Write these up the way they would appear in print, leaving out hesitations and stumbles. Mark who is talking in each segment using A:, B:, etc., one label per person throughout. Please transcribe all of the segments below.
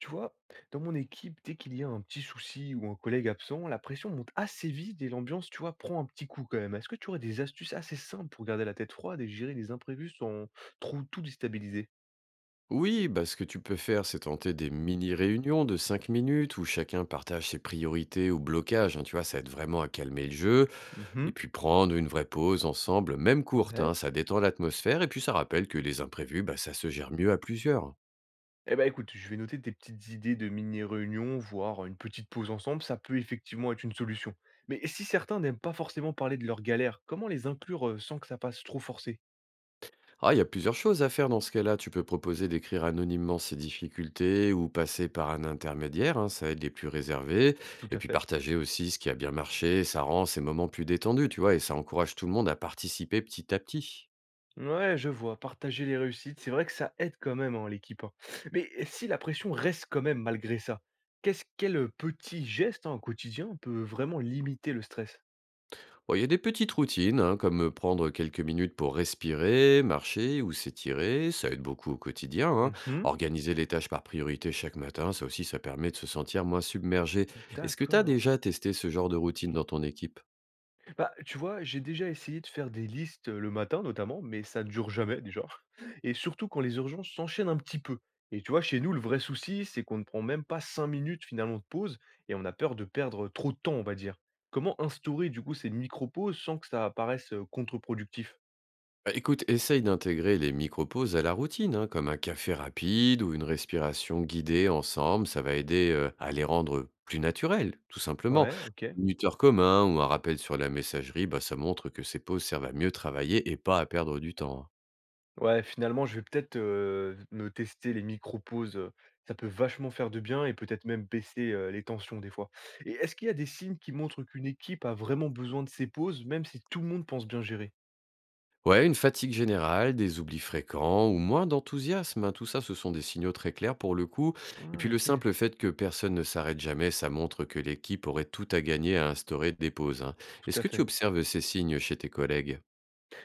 A: Tu vois, dans mon équipe, dès qu'il y a un petit souci ou un collègue absent, la pression monte assez vite et l'ambiance, tu vois, prend un petit coup quand même. Est-ce que tu aurais des astuces assez simples pour garder la tête froide et gérer les imprévus sans trop tout déstabiliser?
B: Oui, bah, ce que tu peux faire, c'est tenter des mini-réunions de 5 minutes où chacun partage ses priorités ou blocages. Hein, tu vois, ça aide vraiment à calmer le jeu. Et
A: Mhm.
B: puis prendre une vraie pause ensemble, même courte, hein,
A: Ouais.
B: ça détend l'atmosphère et puis ça rappelle que les imprévus, bah, ça se gère mieux à plusieurs.
A: Eh ben écoute, je vais noter tes petites idées de mini-réunion, voire une petite pause ensemble, ça peut effectivement être une solution. Mais si certains n'aiment pas forcément parler de leurs galères, comment les inclure sans que ça passe trop forcé?
B: Ah, il y a plusieurs choses à faire dans ce cas-là. Tu peux proposer d'écrire anonymement ses difficultés ou passer par un intermédiaire, hein, ça aide les plus réservés.
A: Tout
B: Et
A: à
B: puis
A: fait.
B: partager aussi ce qui a bien marché, ça rend ces moments plus détendus, tu vois, et ça encourage tout le monde à participer petit à petit.
A: Ouais, je vois, partager les réussites, c'est vrai que ça aide quand même, hein, l'équipe, hein. Mais si la pression reste quand même malgré ça, qu'est-ce quel petit geste, hein, au quotidien peut vraiment limiter le stress?
B: Bon, il y a des petites routines, hein, comme prendre quelques minutes pour respirer, marcher ou s'étirer, ça aide beaucoup au quotidien. Hein.
A: Mhm.
B: Organiser les tâches par priorité chaque matin, ça aussi, ça permet de se sentir moins submergé. Est-ce que tu as
A: D'accord.
B: déjà testé ce genre de routine dans ton équipe?
A: Bah, tu vois, j'ai déjà essayé de faire des listes le matin notamment, mais ça ne dure jamais déjà. Et surtout quand les urgences s'enchaînent un petit peu. Et tu vois, chez nous, le vrai souci, c'est qu'on ne prend même pas 5 minutes finalement de pause et on a peur de perdre trop de temps, on va dire. Comment instaurer du coup ces micro-pauses sans que ça apparaisse contre-productif?
B: Bah, écoute, essaye d'intégrer les micro-pauses à la routine, hein, comme un café rapide ou une respiration guidée ensemble. Ça va aider à les rendre plus naturels, tout simplement.
A: Ouais, ok.
B: Un minuteur commun ou un rappel sur la messagerie, bah, ça montre que ces pauses servent à mieux travailler et pas à perdre du temps. Hein.
A: Ouais, finalement, je vais peut-être, me tester les micro-pauses, ça peut vachement faire de bien et peut-être même baisser, les tensions des fois. Et est-ce qu'il y a des signes qui montrent qu'une équipe a vraiment besoin de ces pauses, même si tout le monde pense bien gérer?
B: Ouais, une fatigue générale, des oublis fréquents ou moins d'enthousiasme, hein, tout ça, ce sont des signaux très clairs pour le coup. Et
A: Ah
B: puis le
A: OK,
B: simple fait que personne ne s'arrête jamais, ça montre que l'équipe aurait tout à gagner à instaurer des pauses. Hein.
A: tout
B: Est-ce
A: à
B: que tu
A: fait.
B: observes ces signes chez tes collègues?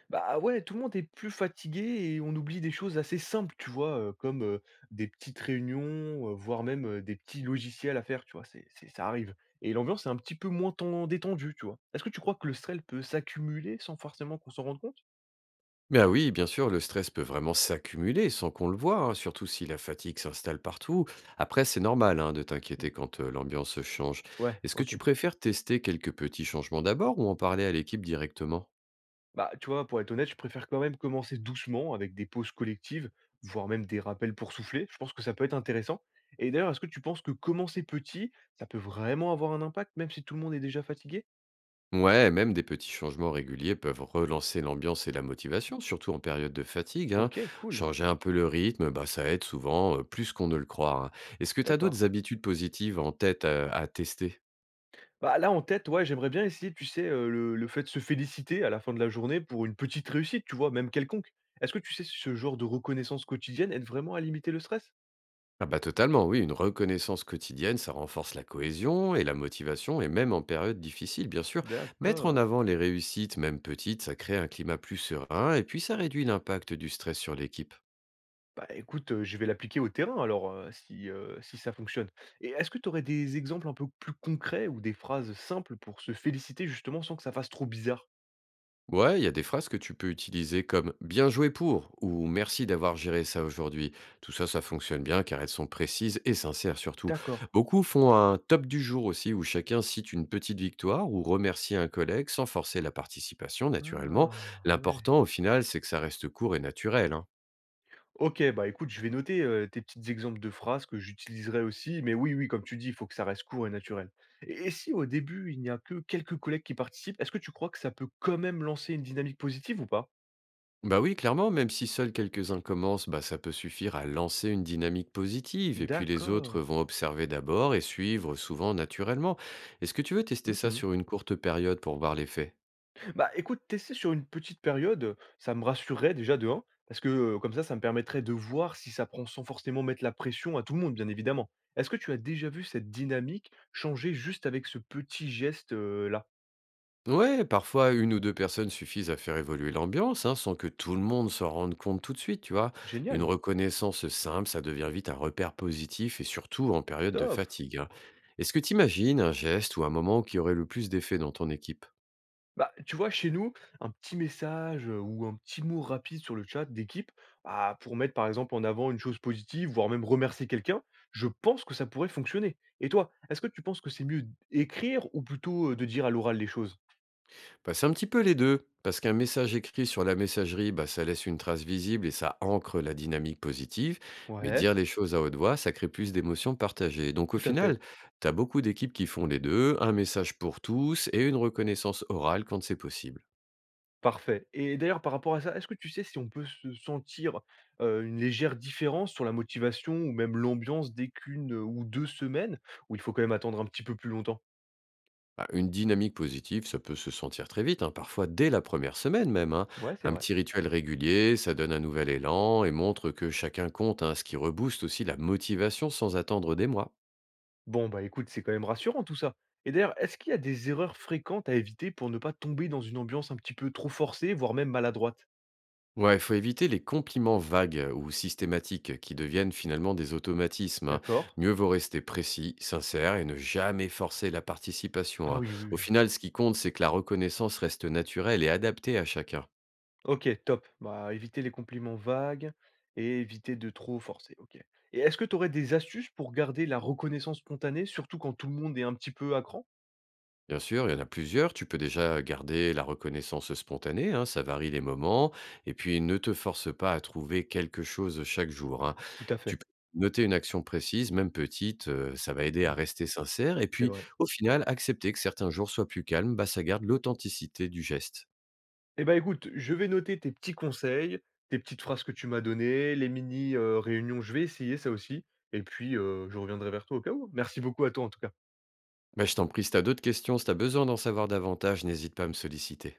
A: Bah ouais, tout le monde est plus fatigué et on oublie des choses assez simples, tu vois? Comme, des petites réunions, voire même, des petits logiciels à faire, tu vois? C'est ça arrive. Et l'ambiance est un petit peu moins ten détendue, tu vois? Est-ce que tu crois que le stress peut s'accumuler sans forcément qu'on s'en rende compte?
B: Ben oui, bien sûr, le stress peut vraiment s'accumuler sans qu'on le voie, hein, surtout si la fatigue s'installe partout. Après, c'est normal hein, de
A: Mmh.
B: t'inquiéter quand l'ambiance change.
A: Ouais,
B: Est-ce que tu
A: OK.
B: préfères tester quelques petits changements d'abord ou en parler à l'équipe directement?
A: Bah, tu vois, pour être honnête, je préfère quand même commencer doucement avec des pauses collectives, voire même des rappels pour souffler. Je pense que ça peut être intéressant. Et d'ailleurs, est-ce que tu penses que commencer petit, ça peut vraiment avoir un impact, même si tout le monde est déjà fatigué?
B: Ouais, même des petits changements réguliers peuvent relancer l'ambiance et la motivation, surtout en période de fatigue. Hein.
A: OK, cool.
B: Changer un peu le rythme, bah, ça aide souvent, plus qu'on ne le croit. Hein. Est-ce que tu as
A: D'accord.
B: d'autres habitudes positives en tête à tester?
A: Bah, là, en tête, ouais, j'aimerais bien essayer, tu sais, le fait de se féliciter à la fin de la journée pour une petite réussite, tu vois, même quelconque. Est-ce que tu sais si ce genre de reconnaissance quotidienne aide vraiment à limiter le stress?
B: Ah bah totalement, oui, une reconnaissance quotidienne, ça renforce la cohésion et la motivation, et même en période difficile, bien sûr. Mettre en
A: D'accord.
B: avant les réussites, même petites, ça crée un climat plus serein, et puis ça réduit l'impact du stress sur l'équipe.
A: Bah, écoute, je vais l'appliquer au terrain alors, si ça fonctionne et est-ce que tu aurais des exemples un peu plus concrets ou des phrases simples pour se féliciter justement sans que ça fasse trop bizarre?
B: Ouais, il y a des phrases que tu peux utiliser comme bien joué pour ou merci d'avoir géré ça aujourd'hui. Tout ça, ça fonctionne bien car elles sont précises et sincères surtout.
A: D'accord.
B: Beaucoup font un top du jour aussi où chacun cite une petite victoire ou remercie un collègue sans forcer la participation naturellement.
A: Ah ouais.
B: L'important au final, c'est que ça reste court et naturel. Hein.
A: OK, bah, écoute, je vais noter, tes petits exemples de phrases que j'utiliserai aussi, mais oui, oui, comme tu dis, il faut que ça reste court et naturel et si au début, il n'y a que quelques collègues qui participent, est-ce que tu crois que ça peut quand même lancer une dynamique positive ou pas?
B: Bah oui, clairement, même si seuls quelques-uns commencent, bah ça peut suffire à lancer une dynamique positive, et puis les
A: D'accord.
B: autres vont observer d'abord et suivre souvent naturellement. Est-ce que tu veux tester ça
A: Mmh.
B: sur une courte période pour voir l'effet?
A: Bah, écoute, tester sur une petite période, ça me rassurerait déjà de un, parce que, comme ça me permettrait de voir si ça prend sans forcément mettre la pression à tout le monde, bien évidemment. Est-ce que tu as déjà vu cette dynamique changer juste avec ce petit geste, là?
B: Ouais, parfois une ou deux personnes suffisent à faire évoluer l'ambiance, hein, sans que tout le monde s'en rende compte tout de suite, tu vois. Une
A: Génial,
B: reconnaissance simple, ça devient vite un repère positif, et surtout en période de
A: top!
B: fatigue. Hein. Est-ce que tu imagines un geste ou un moment qui aurait le plus d'effet dans ton équipe?
A: Bah, tu vois, chez nous, un petit message, ou un petit mot rapide sur le chat d'équipe, bah, pour mettre, par exemple, en avant une chose positive, voire même remercier quelqu'un, je pense que ça pourrait fonctionner. Et toi, est-ce que tu penses que c'est mieux d'écrire ou plutôt, de dire à l'oral les choses?
B: Bah, c'est un petit peu les 2, parce qu'un message écrit sur la messagerie, bah, ça laisse une trace visible et ça ancre la dynamique positive, mais
A: Ouais.
B: dire les choses à haute voix, ça crée plus d'émotions partagées. Donc au
A: Tout à fait,
B: final, tu as beaucoup d'équipes qui font les deux, un message pour tous et une reconnaissance orale quand c'est possible.
A: parfait. Et d'ailleurs par rapport à ça, est-ce que tu sais si on peut se sentir, une légère différence sur la motivation ou même l'ambiance dès qu'1 ou 2 semaines? Où il faut quand même attendre un petit peu plus longtemps?
B: Bah, une dynamique positive, ça peut se sentir très vite, hein, parfois dès la première semaine même. Hein.
A: Ouais, c'est
B: Un
A: vrai.
B: petit rituel régulier, ça donne un nouvel élan et montre que chacun compte, hein, ce qui rebooste aussi la motivation sans attendre des mois.
A: Bon, bah, écoute, c'est quand même rassurant tout ça. Et d'ailleurs, est-ce qu'il y a des erreurs fréquentes à éviter pour ne pas tomber dans une ambiance un petit peu trop forcée, voire même maladroite?
B: Ouais, il faut éviter les compliments vagues ou systématiques qui deviennent finalement des automatismes. Hein.
A: D'accord.
B: Mieux vaut rester précis, sincère et ne jamais forcer la participation.
A: Ah
B: Hein.
A: oui, oui,
B: Au
A: oui.
B: final, ce qui compte, c'est que la reconnaissance reste naturelle et adaptée à chacun.
A: OK, top. Bah, éviter les compliments vagues et éviter de trop forcer. OK. Et est-ce que tu aurais des astuces pour garder la reconnaissance spontanée, surtout quand tout le monde est un petit peu à cran?
B: Bien sûr, il y en a plusieurs. Tu peux déjà garder la reconnaissance spontanée, hein, ça varie les moments. Et puis, ne te force pas à trouver quelque chose chaque jour. Hein.
A: Tout à
B: Tu
A: fait.
B: peux noter une action précise, même petite, ça va aider à
A: Mmh,
B: rester sincère. Et
A: c'est
B: puis,
A: vrai.
B: au final, accepter que certains jours soient plus calmes, bah, ça garde l'authenticité du geste.
A: Eh ben, écoute, je vais noter tes petits conseils, tes petites phrases que tu m'as données, les mini, réunions. Je vais essayer ça aussi et puis, je reviendrai vers toi au cas où. Merci beaucoup à toi, en tout cas.
B: Bah, je t'en prie, si tu as d'autres questions, si tu as besoin d'en savoir davantage, n'hésite pas à me solliciter.